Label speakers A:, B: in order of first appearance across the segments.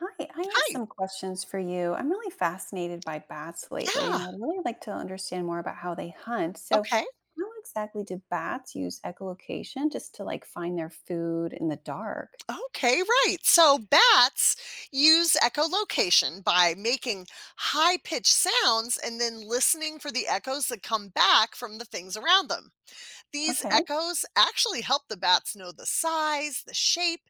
A: Hi, I have
B: Hi.
A: some questions for you. I'm really fascinated by bats lately,
B: Yeah.
A: and I'd really like to understand more about how they hunt. So,
B: Okay.
A: how exactly do bats use echolocation just to like find their food in the dark?
B: Okay. Right. So bats use echolocation by making high pitched sounds and then listening for the echoes that come back from the things around them. These
A: Okay.
B: echoes actually help the bats know the size, the shape,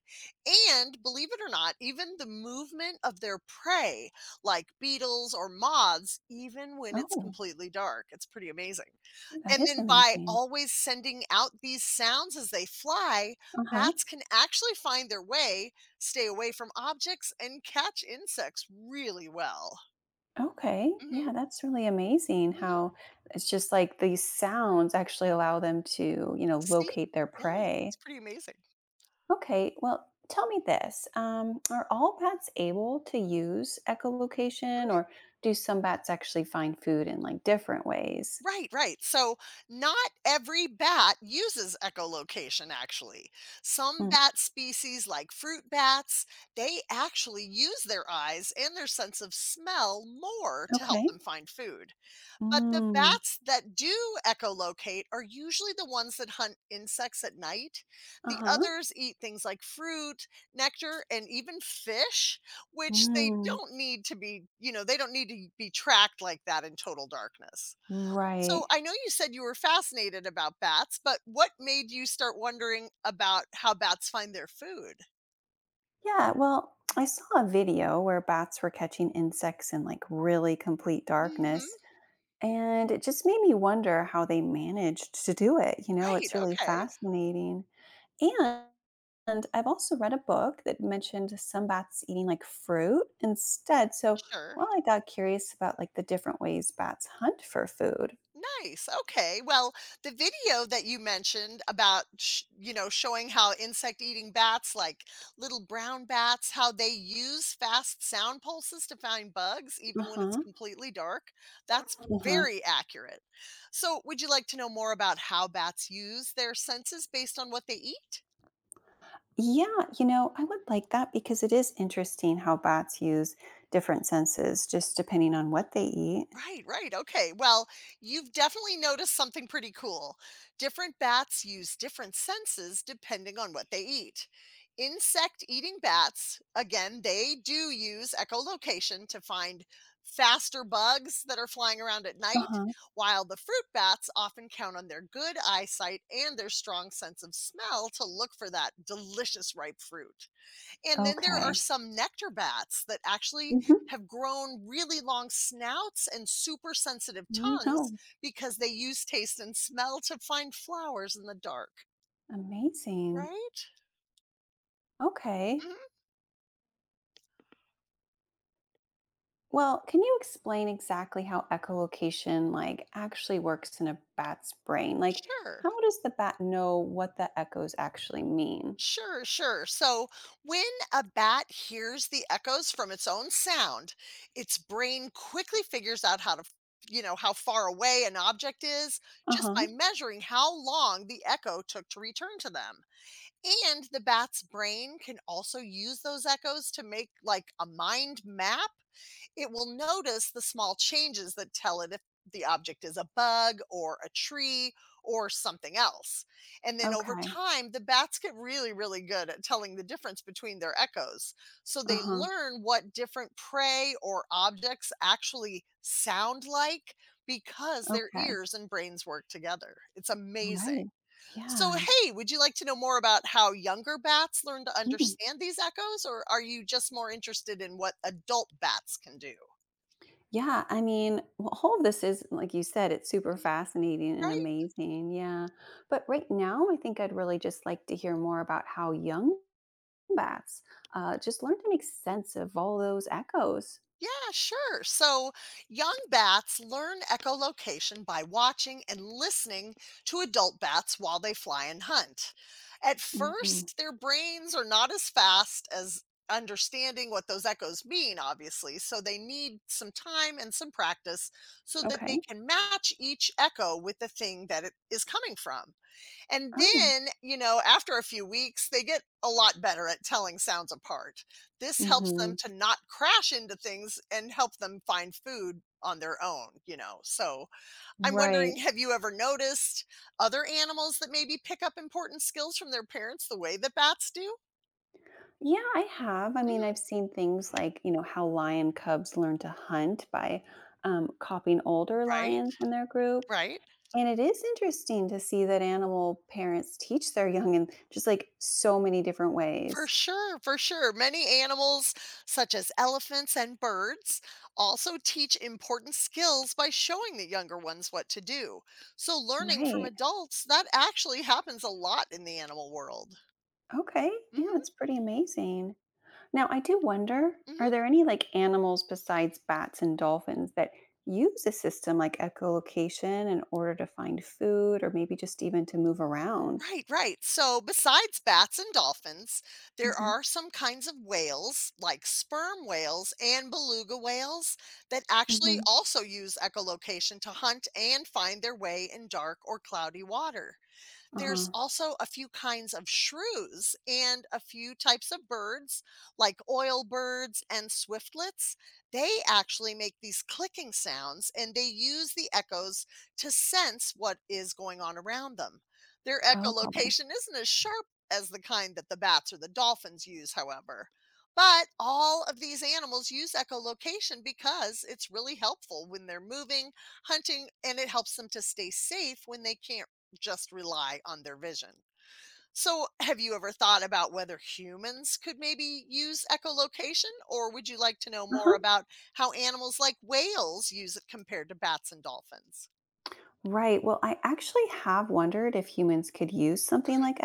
B: and believe it or not, even the movement of their prey, like beetles or moths, even when it's
A: Oh,
B: completely dark. It's pretty amazing.
A: that
B: And
A: is
B: then by
A: amazing.
B: always sending out these sounds as they fly,
A: Uh huh.
B: bats can actually find their way, stay away from objects, and catch insects really well.
A: Okay. Yeah,
B: Mhm,
A: that's really amazing
B: mhm.
A: how it's just like these sounds actually allow them to
B: See?
A: locate their
B: Yeah,
A: prey.
B: it's pretty amazing.
A: Okay, well, tell me this. Are all bats able to use echolocation,
B: Mm,
A: or do some bats actually find food in like different ways?
B: right, right. So, not every bat uses echolocation actually. Some
A: Mm,
B: bat species like fruit bats, they actually use their eyes and their sense of smell more to help
A: okay.
B: them find food. But the
A: Mm,
B: bats that do echolocate are usually the ones that hunt insects at night.
A: uh
B: The
A: huh.
B: others eat things like fruit, nectar, and even fish, which they
A: Mm,
B: don't need to be, they don't need to be tracked like that in total darkness.
A: right.
B: So I know you said you were fascinated about bats, but what made you start wondering about how bats find their food?
A: Yeah, well, I saw a video where bats were catching insects in like really complete darkness,
B: Mhm.
A: and it just made me wonder how they managed to do it. It's
B: Right.
A: really
B: Okay.
A: fascinating. And I've also read a book that mentioned some bats eating like fruit instead. So,
B: Sure.
A: well, I got curious about like the different ways bats hunt for food.
B: Nice. Okay. Well, the video that you mentioned about, showing how insect eating bats, like little brown bats, how they use fast sound pulses to find bugs,
A: Uh
B: even when it's
A: huh.
B: completely dark, that's
A: Uh huh.
B: very accurate. So, would you like to know more about how bats use their senses based on what they eat?
A: Yeah, I would like that because it is interesting how bats use different senses just depending on what they eat.
B: Right, right. Okay. Well, you've definitely noticed something pretty cool. Different bats use different senses depending on what they eat. Insect eating bats, again, they do use echolocation to find faster bugs that are flying around at
A: Uh
B: night,
A: huh.
B: while the fruit bats often count on their good eyesight and their strong sense of smell to look for that delicious ripe fruit. And then there are
A: Okay.
B: some nectar bats that actually
A: Mm-hmm.
B: have grown really long snouts and super sensitive tongues
A: No,
B: because they use taste and smell to find flowers in the dark,
A: amazing.
B: right?
A: Okay.
B: Hmm.
A: Well, can you explain exactly how echolocation like actually works in a bat's brain? Like
B: Sure.
A: how does the bat know what the echoes actually mean?
B: Sure, sure. So when a bat hears the echoes from its own sound, its brain quickly figures out how to, how far away an object is just
A: Uh-huh.
B: by measuring how long the echo took to return to them. And the bat's brain can also use those echoes to make like a mind map. It will notice the small changes that tell it if the object is a bug or a tree or something else. And then over
A: Okay.
B: time, the bats get really, really good at telling the difference between their echoes. So they
A: Uh-huh.
B: learn what different prey or objects actually sound like because their
A: Okay.
B: ears and brains work together. It's amazing.
A: Right.
B: So,
A: Yeah.
B: hey, would you like to know more about how younger bats learn to
A: Mm.
B: understand these echoes, or are you just more interested in what adult bats can do?
A: Yeah, I mean, well, all of this is like you said it's super fascinating and
B: Right?
A: amazing. Yeah. But right now, I think I'd really just like to hear more about how young bats just learn to make sense of all those echos.
B: Yeah, sure. So young bats learn echolocation by watching and listening to adult bats while they fly and hunt. At
A: Hmm.
B: first, their brains are not as fast as understanding what those echoes mean, obviously. So they need some time and some practice so that they
A: Okay.
B: can match each echo with the thing that it is coming from. And
A: Oh.
B: then, after a few weeks, they get a lot better at telling sounds apart. This helps them
A: Mhm.
B: to not crash into things and help them find food on their own. So I'm wondering,
A: Right.
B: have you ever noticed other animals that maybe pick up important skills from their parents the way that bats do?
A: Yeah, I have. I mean, I've
B: Mhm.
A: seen things like, how lion cubs learn to hunt by copying older
B: Right,
A: lions in their group.
B: right.
A: And it is interesting to see that animal parents teach their young in just like so many different
B: For
A: ways.
B: sure, for sure. Many animals, such as elephants and birds, also teach important skills by showing the younger ones what to do. So, learning from
A: Right.
B: adults, that actually happens a lot in the animal world.
A: Okay. Yeah,
B: Hmm.
A: it's pretty amazing. Now, I do wonder are
B: Hmm.
A: there any like animals besides bats and dolphins that use a system like echolocation in order to find food or maybe just even to move around?
B: Right, right. So, besides bats and dolphins, there
A: Mhm,
B: are some kinds of whales, like sperm whales and beluga whales, that actually
A: mhm.
B: also use echolocation to hunt and find their way in dark or cloudy water. There's
A: Uh-huh.
B: also a few kinds of shrews and a few types of birds, like oil birds and swiftlets. They actually make these clicking sounds and they use the echoes to sense what is going on around them. Their
A: Okay.
B: echolocation isn't as sharp as the kind that the bats or the dolphins use, however. But all of these animals use echolocation because it's really helpful when they're moving, hunting, and it helps them to stay safe when they can't just rely on their vision. So, have you ever thought about whether humans could maybe use echolocation, or would you like to know more
A: Uh-huh.
B: about how animals like whales use it compared to bats and dolphins?
A: Right. Well, I actually have wondered if humans could use something
B: Mm,
A: like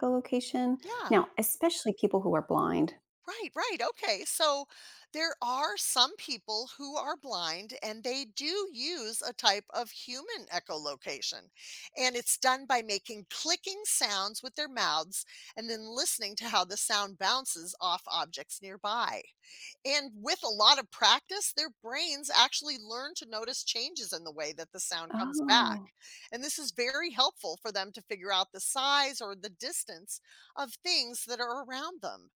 A: echolocation.
B: yeah.
A: Now, especially people who are blind.
B: Right, right. Okay. So there are some people who are blind and they do use a type of human echolocation. And it's done by making clicking sounds with their mouths and then listening to how the sound bounces off objects nearby. And with a lot of practice, their brains actually learn to notice changes in the way that the sound comes
A: Oh,
B: back. And this is very helpful for them to figure out the size or the distance of things that are around them.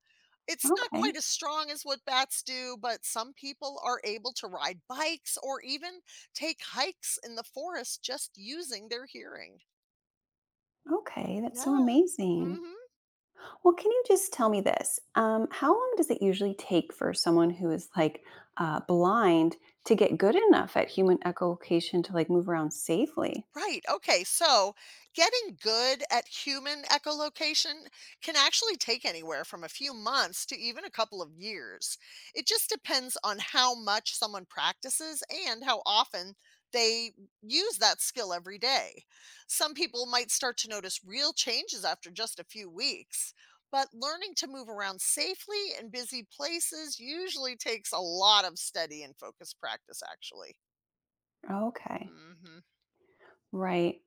B: It's not quite
A: okay.
B: as strong as what bats do, but some people are able to ride bikes or even take hikes in the forest just using their hearing.
A: Okay. That's so
B: Yeah.
A: amazing.
B: Hmm.
A: Well, can you just tell me this? How long does it usually take for someone who is like blind to get good enough at human echolocation to like move around safely?
B: Right. Okay. So getting good at human echolocation can actually take anywhere from a few months to even a couple of years. It just depends on how much someone practices and how often they use that skill every day. Some people might start to notice real changes after just a few weeks, but learning to move around safely in busy places usually takes a lot of steady and focused practice, actually.
A: Okay.
B: Hmm.
A: Right.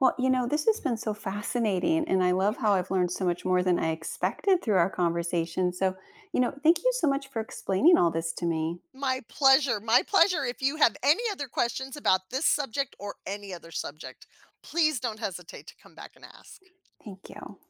A: Well, this has been so fascinating, and I love how I've learned so much more than I expected through our conversation. So, thank you so much for explaining all this to me.
B: My pleasure. My pleasure. If you have any other questions about this subject or any other subject, please don't hesitate to come back and ask.
A: Thank you.